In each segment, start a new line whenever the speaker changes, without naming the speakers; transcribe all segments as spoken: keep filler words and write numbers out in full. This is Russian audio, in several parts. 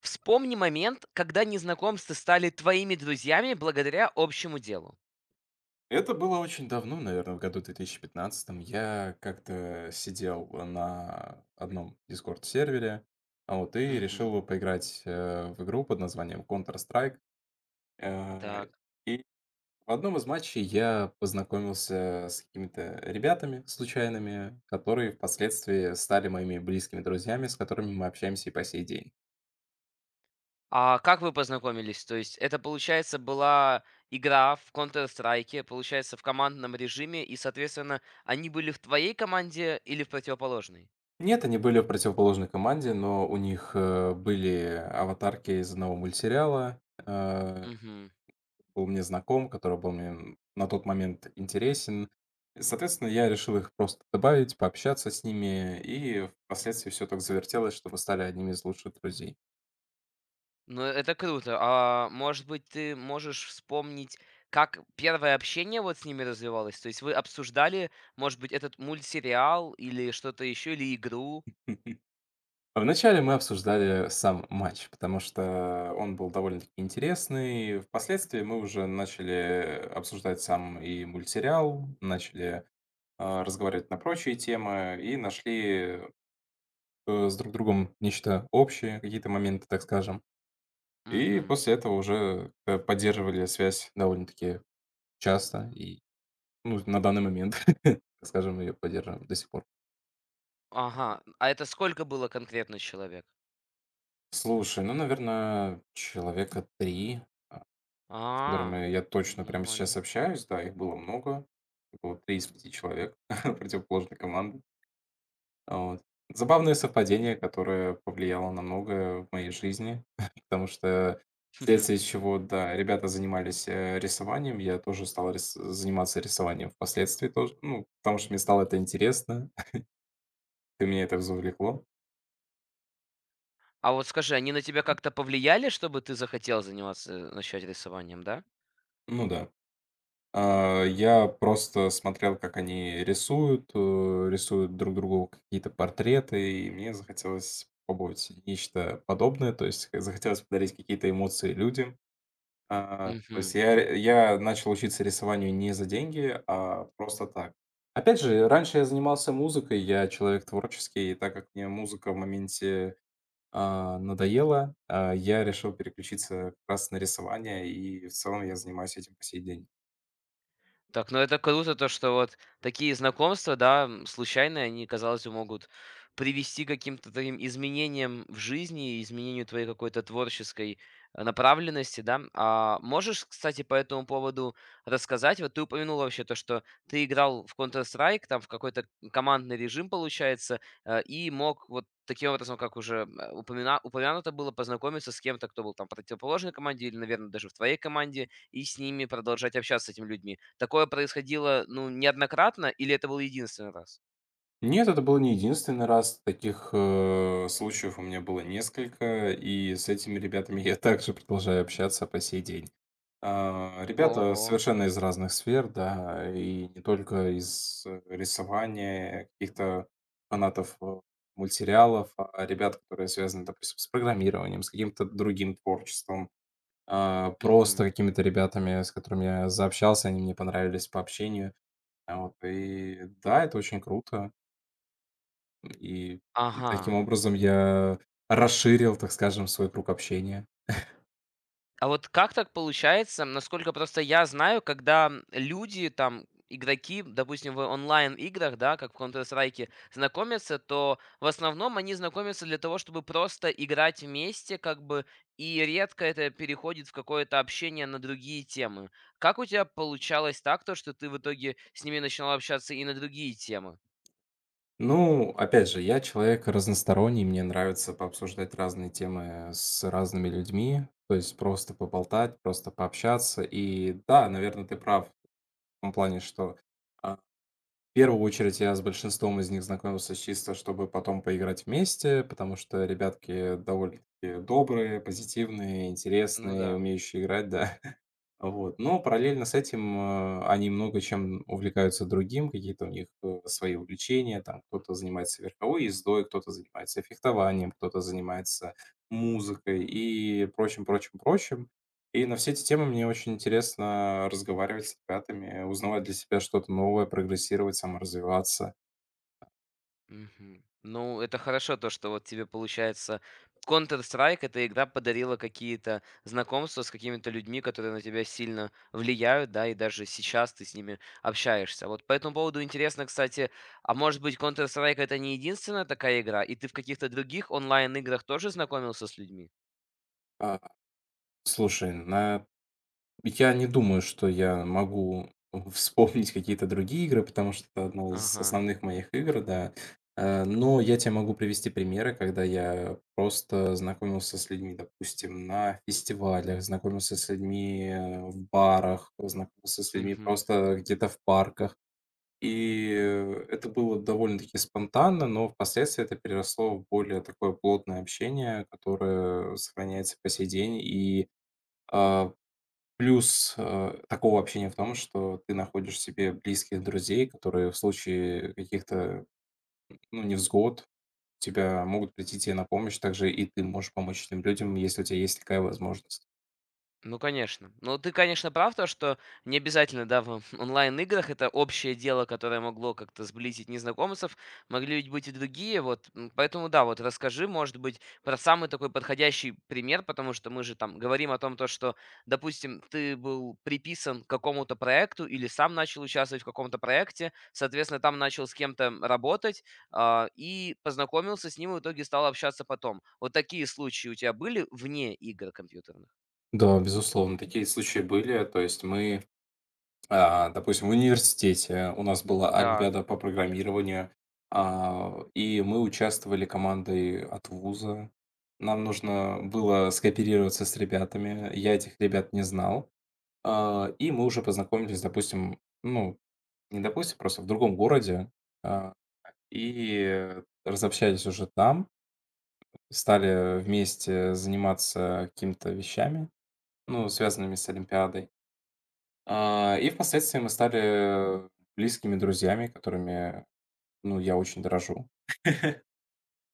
Вспомни момент, когда незнакомцы стали твоими друзьями благодаря общему делу.
Это было очень давно, наверное, в году две тысячи пятнадцатом. Я как-то сидел на одном Discord-сервере, а вот, и
Мгм.
решил поиграть э, в игру под названием Counter-Strike. Э,
Так.
И в одном из матчей я познакомился с какими-то ребятами случайными, которые впоследствии стали моими близкими друзьями, с которыми мы общаемся и по сей день.
А как вы познакомились? То есть это, получается, была игра в Counter-Strike, получается, в командном режиме, и, соответственно, они были в твоей команде или в противоположной?
Нет, они были в противоположной команде, но у них э, были аватарки из одного мультсериала, э,
Мгм.
был мне знаком, который был мне на тот момент интересен. И, Соответственно, я решил их просто добавить, пообщаться с ними, и впоследствии все так завертелось, что мы стали одними из лучших друзей.
Ну, это круто. А может быть, ты можешь вспомнить, как первое общение вот с ними развивалось? То есть вы обсуждали, может быть, этот мультсериал или что-то еще, или игру?
Вначале мы обсуждали сам матч, потому что он был довольно-таки интересный. Впоследствии мы уже начали обсуждать сам и мультсериал, начали а, разговаривать на прочие темы и нашли э, с друг другом нечто общее, какие-то моменты, так скажем. И
Мгм.
после этого уже, э, поддерживали связь довольно-таки часто и, ну, на данный момент, так скажем, ее поддерживаем до сих пор.
Ага, а это сколько было конкретно человек?
Слушай, ну, наверное, человека три, с
А,
которыми я
ну
точно прямо сейчас
нормально.
общаюсь. Да, их было много. Было три из пяти человек противоположной команды. Вот. Забавное совпадение, которое повлияло на многое в моей жизни, потому что вследствие чего, да, ребята занимались, э, рисованием, я тоже стал рис заниматься рисованием впоследствии тоже, ну, потому что мне стало это интересно, и меня это завлекло.
А вот скажи, они на тебя как-то повлияли, чтобы ты захотел заниматься э, начать рисованием, да?
Ну да. А, я просто смотрел, как они рисуют, э, рисуют друг другу какие-то портреты, и мне захотелось попробовать нечто подобное, то есть захотелось подарить какие-то эмоции людям. А, то есть
Мгм.
я ре я начал учиться рисованию не за деньги, а просто так. Опять же, раньше я занимался музыкой, я человек творческий, и так как мне музыка в моменте, а, надоела, а, я решил переключиться как раз на рисование, и в целом я занимаюсь этим по сей день.
Так, ну это круто, то, что вот такие знакомства, да, м, случайные, они, казалось бы, могут привести к каким-то таким изменениям в жизни, изменению твоей какой-то творческой э, направленности, да. А можешь, кстати, по этому поводу рассказать? Вот ты упомянул вообще то, что ты играл в Counter-Strike, там в какой-то командный режим, получается, э, и мог вот таким образом, как уже э, упомина- упомянуто было, познакомиться с кем-то, кто был там в противоположной команде или, наверное, даже в твоей команде и с ними продолжать общаться, с этими людьми. Такое происходило, ну, неоднократно или это был единственный раз?
Нет, это был не единственный раз. Таких, э, случаев у меня было несколько, и с этими ребятами я также продолжаю общаться по сей день. А, ребята
Ого.
совершенно из разных сфер, да, и не только из э, рисования, каких-то фанатов, э, мультсериалов, а а ребят, которые связаны, допустим, с программированием, с каким-то другим творчеством, а,
Мгм.
просто какими-то ребятами, с которыми я заобщался, они мне понравились по общению. А, вот, и да, это очень круто. И
Ага.
таким образом я расширил, так скажем, свой круг общения.
А вот как так получается? Насколько просто я знаю, когда люди, там, игроки, допустим, в онлайн-играх, да, как в Counter-Strike, знакомятся, то в основном они знакомятся для того, чтобы просто играть вместе, как бы, и редко это переходит в какое-то общение на другие темы. Как у тебя получалось так, то, что ты в итоге с ними начинал общаться и на другие темы?
Ну, опять же, я человек разносторонний, мне нравится пообсуждать разные темы с разными людьми, то есть просто поболтать, просто пообщаться. И да, наверное, ты прав в том плане, что а, в первую очередь я с большинством из них знакомился чисто, чтобы потом поиграть вместе, потому что ребятки довольно-таки добрые, позитивные,
Ну
интересные,
да.
умеющие играть, да. Вот. Но параллельно с этим, э, они много чем увлекаются другим, какие-то у них, э, свои увлечения. Там кто-то занимается верховой ездой, кто-то занимается фехтованием, кто-то занимается музыкой и прочим, прочим, прочим. И на все эти темы мне очень интересно разговаривать с ребятами, узнавать для себя что-то новое, прогрессировать, саморазвиваться.
Мгм. Ну, это хорошо, то, что вот тебе получается Counter-Strike, эта игра подарила какие-то знакомства с какими-то людьми, которые на тебя сильно влияют, да, и даже сейчас ты с ними общаешься. Вот по этому поводу интересно, кстати, а может быть Counter-Strike это не единственная такая игра, и ты в каких-то других онлайн-играх тоже знакомился с людьми?
А, слушай, на я не думаю, что я могу вспомнить какие-то другие игры, потому что это одна из
Ага.
основных моих игр, да. Э, но я тебе могу привести примеры, когда я просто знакомился с людьми, допустим, на фестивалях, знакомился с людьми, э, в барах, знакомился с людьми
Мгм.
просто где-то в парках. И, э, это было довольно-таки спонтанно, но впоследствии это переросло в более такое плотное общение, которое сохраняется по сей день. И, а, Плюс, э, такого общения в том, что ты находишь себе близких друзей, которые в случае каких-то, ну, невзгод тебя могут прийти тебе на помощь, также и ты можешь помочь этим людям, если у тебя есть такая возможность.
Ну, конечно. Ну, ты, конечно, прав, то, что не обязательно, да, в онлайн-играх это общее дело, которое могло как-то сблизить незнакомцев, могли ведь быть и другие, вот, м, поэтому, да, вот расскажи, может быть, про самый такой подходящий пример, потому что мы же там говорим о том, то, что, допустим, ты был приписан к какому-то проекту или сам начал участвовать в каком-то проекте, соответственно, там начал с кем-то работать а, и познакомился с ним, и в итоге стал общаться потом. Вот такие случаи у тебя были вне игр компьютерных?
Да, безусловно, такие случаи были. То есть мы, а, допустим, в университете у нас была
Так.
олимпиада по программированию, а, и мы участвовали командой от вуза. Нам нужно было скооперироваться с ребятами. Я этих ребят не знал. А, и мы уже познакомились, допустим, ну, не допустим, просто в другом городе, а, и разобщались уже там, стали вместе заниматься какими-то вещами, ну, связанными с Олимпиадой. А, и впоследствии мы стали близкими друзьями, которыми, ну, я очень дорожу.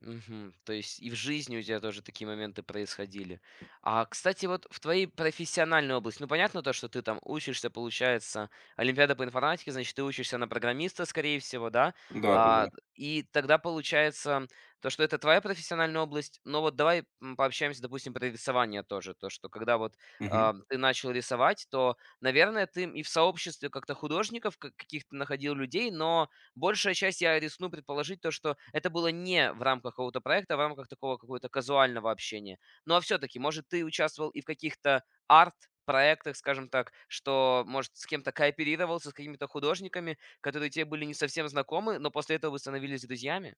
Мгм. То есть и в жизни у тебя тоже такие моменты происходили. А, кстати, вот в твоей профессиональной области, ну, понятно то, что ты там учишься, получается, Олимпиада по информатике, значит, ты учишься на программиста, скорее всего, да? А,
Да-да-да.
и тогда получается то, что это твоя профессиональная область, но вот давай м, пообщаемся, допустим, про рисование тоже, то, что когда вот
Мгм.
а, ты начал рисовать, то, наверное, ты и в сообществе как-то художников ка- каких-то находил людей, но большая часть, я рискну предположить, то, что это было не в рамках какого-то проекта, а в рамках такого какого-то казуального общения. Ну, а все-таки, может, ты участвовал и в каких-то арт-проектах, скажем так, что, может, с кем-то кооперировался, с какими-то художниками, которые тебе были не совсем знакомы, но после этого вы становились друзьями?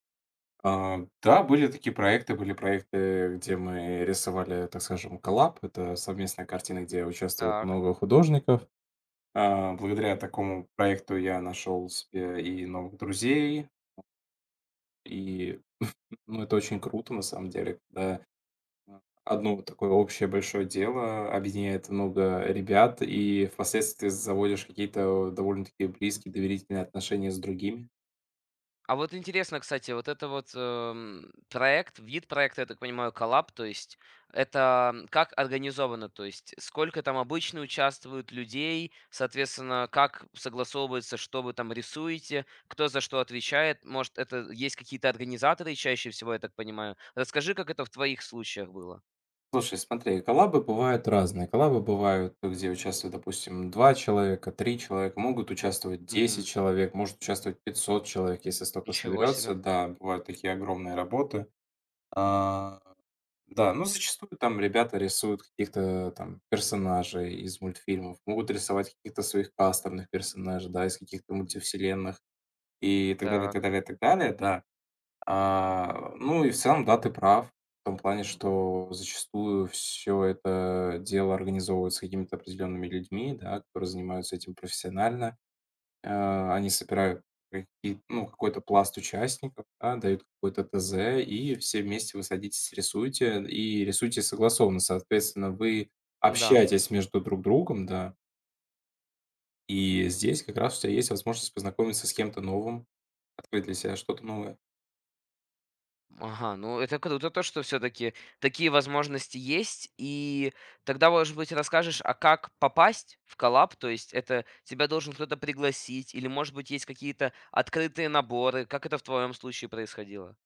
А, да, были такие проекты. Были проекты, где мы рисовали, так скажем, коллаб. Это совместная картина, где участвует
Так.
много художников. А, благодаря такому проекту я нашел себе и новых друзей, и, ну, это очень круто, на самом деле, когда, а, одно вот такое общее большое дело объединяет много ребят, и впоследствии заводишь какие-то довольно-таки близкие, доверительные отношения с другими.
А вот интересно, кстати, вот это вот, эм, проект, вид проекта, я так понимаю, коллаб, то есть это, м, как организовано? То есть сколько там обычно участвуют людей, соответственно, как согласовывается, что вы там рисуете, кто за что отвечает? Может, это есть какие-то организаторы чаще всего, я так понимаю? Расскажи, как это в твоих случаях было.
Слушай, смотри, коллабы бывают разные. Коллабы бывают, где участвуют, допустим, два человека, три человека, могут участвовать десять
Угу.
человек, может участвовать пятьсот человек, если столько
Ничего
соберется.
себе.
Да, бывают такие огромные работы. А, да, ну, зачастую там ребята рисуют каких-то там персонажей из мультфильмов, могут рисовать каких-то своих кастомных персонажей, да, из каких-то мультивселенных и так далее,
Так,
так далее, так далее, да. А, ну и в целом, да, ты прав в том плане, что зачастую все это дело организовывается какими-то определенными людьми, да, которые занимаются этим профессионально. Э, они собирают какие ну, какой-то пласт участников, да, дают какое-то тэ зэ, и все вместе вы садитесь, рисуете, и рисуете согласованно. Соответственно, вы
ну да.
общаетесь между друг другом, да, и здесь как раз у тебя есть возможность познакомиться с кем-то новым, открыть для себя что-то новое.
Ага, ну это круто то, что все-таки такие возможности есть, и тогда, может быть, расскажешь, а как попасть в коллаб, то есть это тебя должен кто-то пригласить, или, может быть, есть какие-то открытые наборы, как это в твоем случае происходило?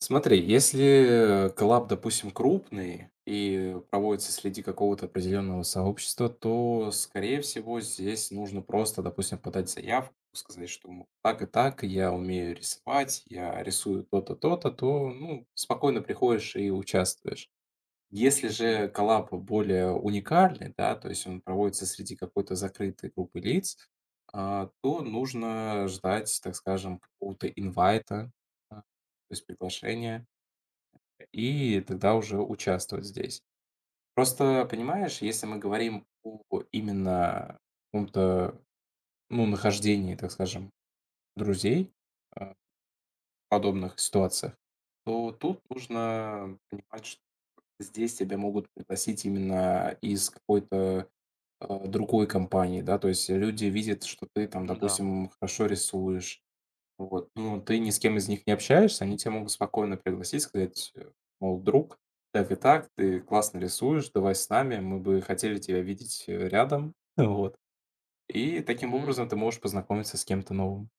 Смотри, если коллаб, допустим, крупный и проводится среди какого-то определенного сообщества, то, скорее всего, здесь нужно просто, допустим, подать заявку, сказать, что, ну, так и так, я умею рисовать, я рисую то-то, то-то, то, ну, спокойно приходишь и участвуешь. Если
Угу.
же коллаб более уникальный, да, то есть он проводится среди какой-то закрытой группы лиц, а, то нужно ждать, так скажем, какого-то инвайта, а, то есть приглашения, и тогда уже участвовать здесь. Просто, понимаешь, если мы говорим о именно каком-то, ну, нахождении, так скажем, друзей, а, в подобных ситуациях, то тут нужно понимать, что здесь тебя могут пригласить именно из какой-то, а, другой компании, да. То есть люди видят, что ты там,
Ну да.
допустим, хорошо рисуешь. Вот, ну, ты ни с кем из них не общаешься, они тебя могут спокойно пригласить, сказать, э, мол: "Друг, так и так, ты классно рисуешь, давай с нами, мы бы хотели тебя видеть, э, рядом". Вот. И таким образом ты можешь познакомиться с кем-то новым.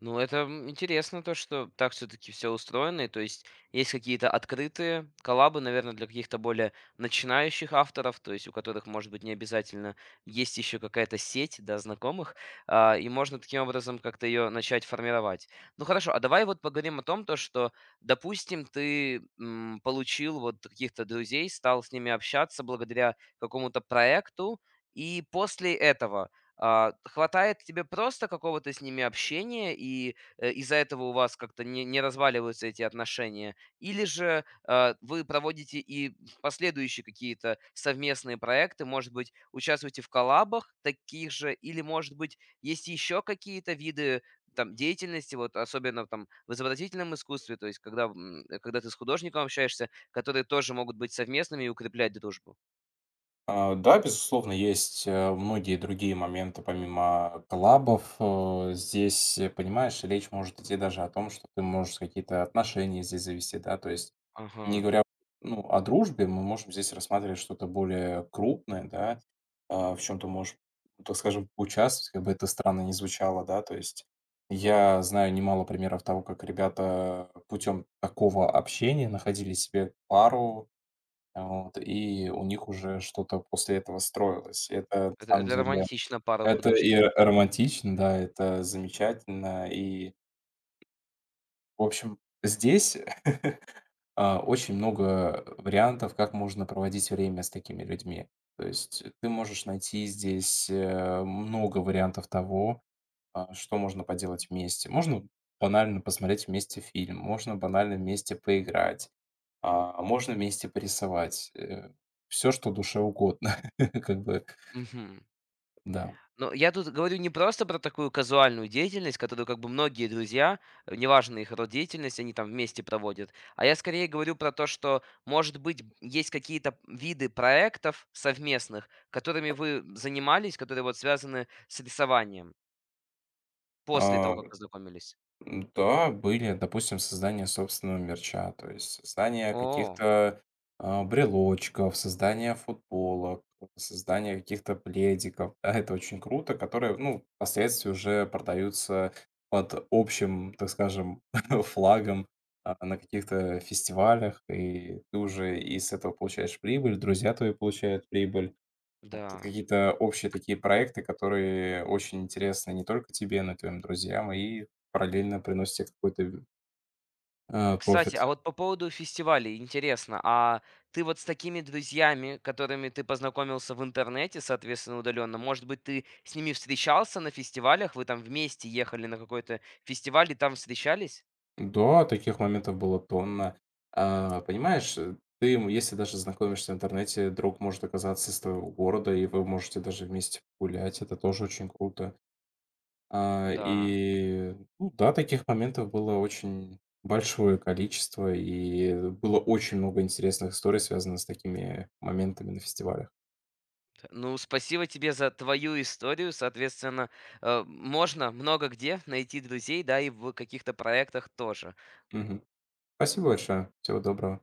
Ну, это м, интересно, то, что так все-таки все устроено. и То есть есть какие-то открытые коллабы, наверное, для каких-то более начинающих авторов, то есть у которых, может быть, не обязательно есть еще какая-то сеть, да, знакомых, а, и можно таким образом как-то ее начать формировать. Ну хорошо, а давай вот поговорим о том, то, что, допустим, ты м, получил вот каких-то друзей, стал с ними общаться благодаря какому-то проекту, и после этого а, хватает тебе просто какого-то с ними общения, и, э, из-за этого у вас как-то не не разваливаются эти отношения? Или же, а, вы проводите и последующие какие-то совместные проекты, может быть, участвуете в коллабах таких же, или, может быть, есть еще какие-то виды, там, деятельности, вот особенно там в изобразительном искусстве, то есть когда, м, э, когда ты с художником общаешься, которые тоже могут быть совместными и укреплять дружбу?
А, да, безусловно, есть, э, многие другие моменты помимо коллабов. Э, здесь, э, понимаешь, речь может идти даже о том, что ты можешь какие-то отношения здесь завести, да. То есть,
Ага,
не говоря, ну, о дружбе, мы можем здесь рассматривать что-то более крупное, да. А, в чем ты можешь, ну, так скажем, участвовать, как бы это странно не звучало, да. То есть я знаю немало примеров того, как ребята путем такого общения находили себе пару. Вот, и у них уже что-то после этого строилось. Это на
это
самом
это
деле
романтично, пара
это и
художников.
р- романтично, да, это замечательно. И, в общем, здесь а, очень много вариантов, как можно проводить время с такими людьми. То есть ты можешь найти здесь э, много вариантов того, а, что можно поделать вместе. Можно банально посмотреть вместе фильм, можно банально вместе поиграть. А можно вместе порисовать, все, что душе угодно, как бы,
Мгм.
да.
Ну, я тут говорю не просто про такую казуальную деятельность, которую как бы многие друзья, э, неважно их род деятельности, они там вместе проводят, а я скорее говорю про то, что, может быть, есть какие-то виды проектов совместных, которыми вы занимались, которые вот связаны с рисованием после
А,
того, как познакомились.
м, да, были, допустим, создание собственного мерча, то есть создание
О,
каких-то, а, брелочков, создание футболок, создание каких-то пледиков. Да, это очень круто, которые, ну, впоследствии уже продаются под общим, так скажем, флагом, а, на каких-то фестивалях, и ты уже и с этого получаешь прибыль, друзья твои получают прибыль. Вот это
да.
какие-то общие такие проекты, которые очень интересны не только тебе, но и твоим друзьям, и параллельно приносят те какой-то, э,
Кстати,
профит.
а вот по поводу фестивалей интересно, а ты вот с такими друзьями, которыми ты познакомился в интернете, соответственно, удаленно, может быть, ты с ними встречался на фестивалях, вы там вместе ехали на какой-то фестиваль и там встречались?
Да, таких моментов было тонна. А, понимаешь, э, ты, м, если даже знакомишься в интернете, друг может оказаться из твоего города, и вы можете даже вместе погулять. Это тоже очень круто. А,
Да.
и, ну да, таких моментов было очень большое количество, и было очень много интересных историй, связанных с такими моментами на фестивале.
Т- Ну, спасибо тебе за твою историю. Соответственно, э, можно много где найти друзей, да, и в каких-то проектах тоже.
Мгм. Спасибо большое. Всего доброго.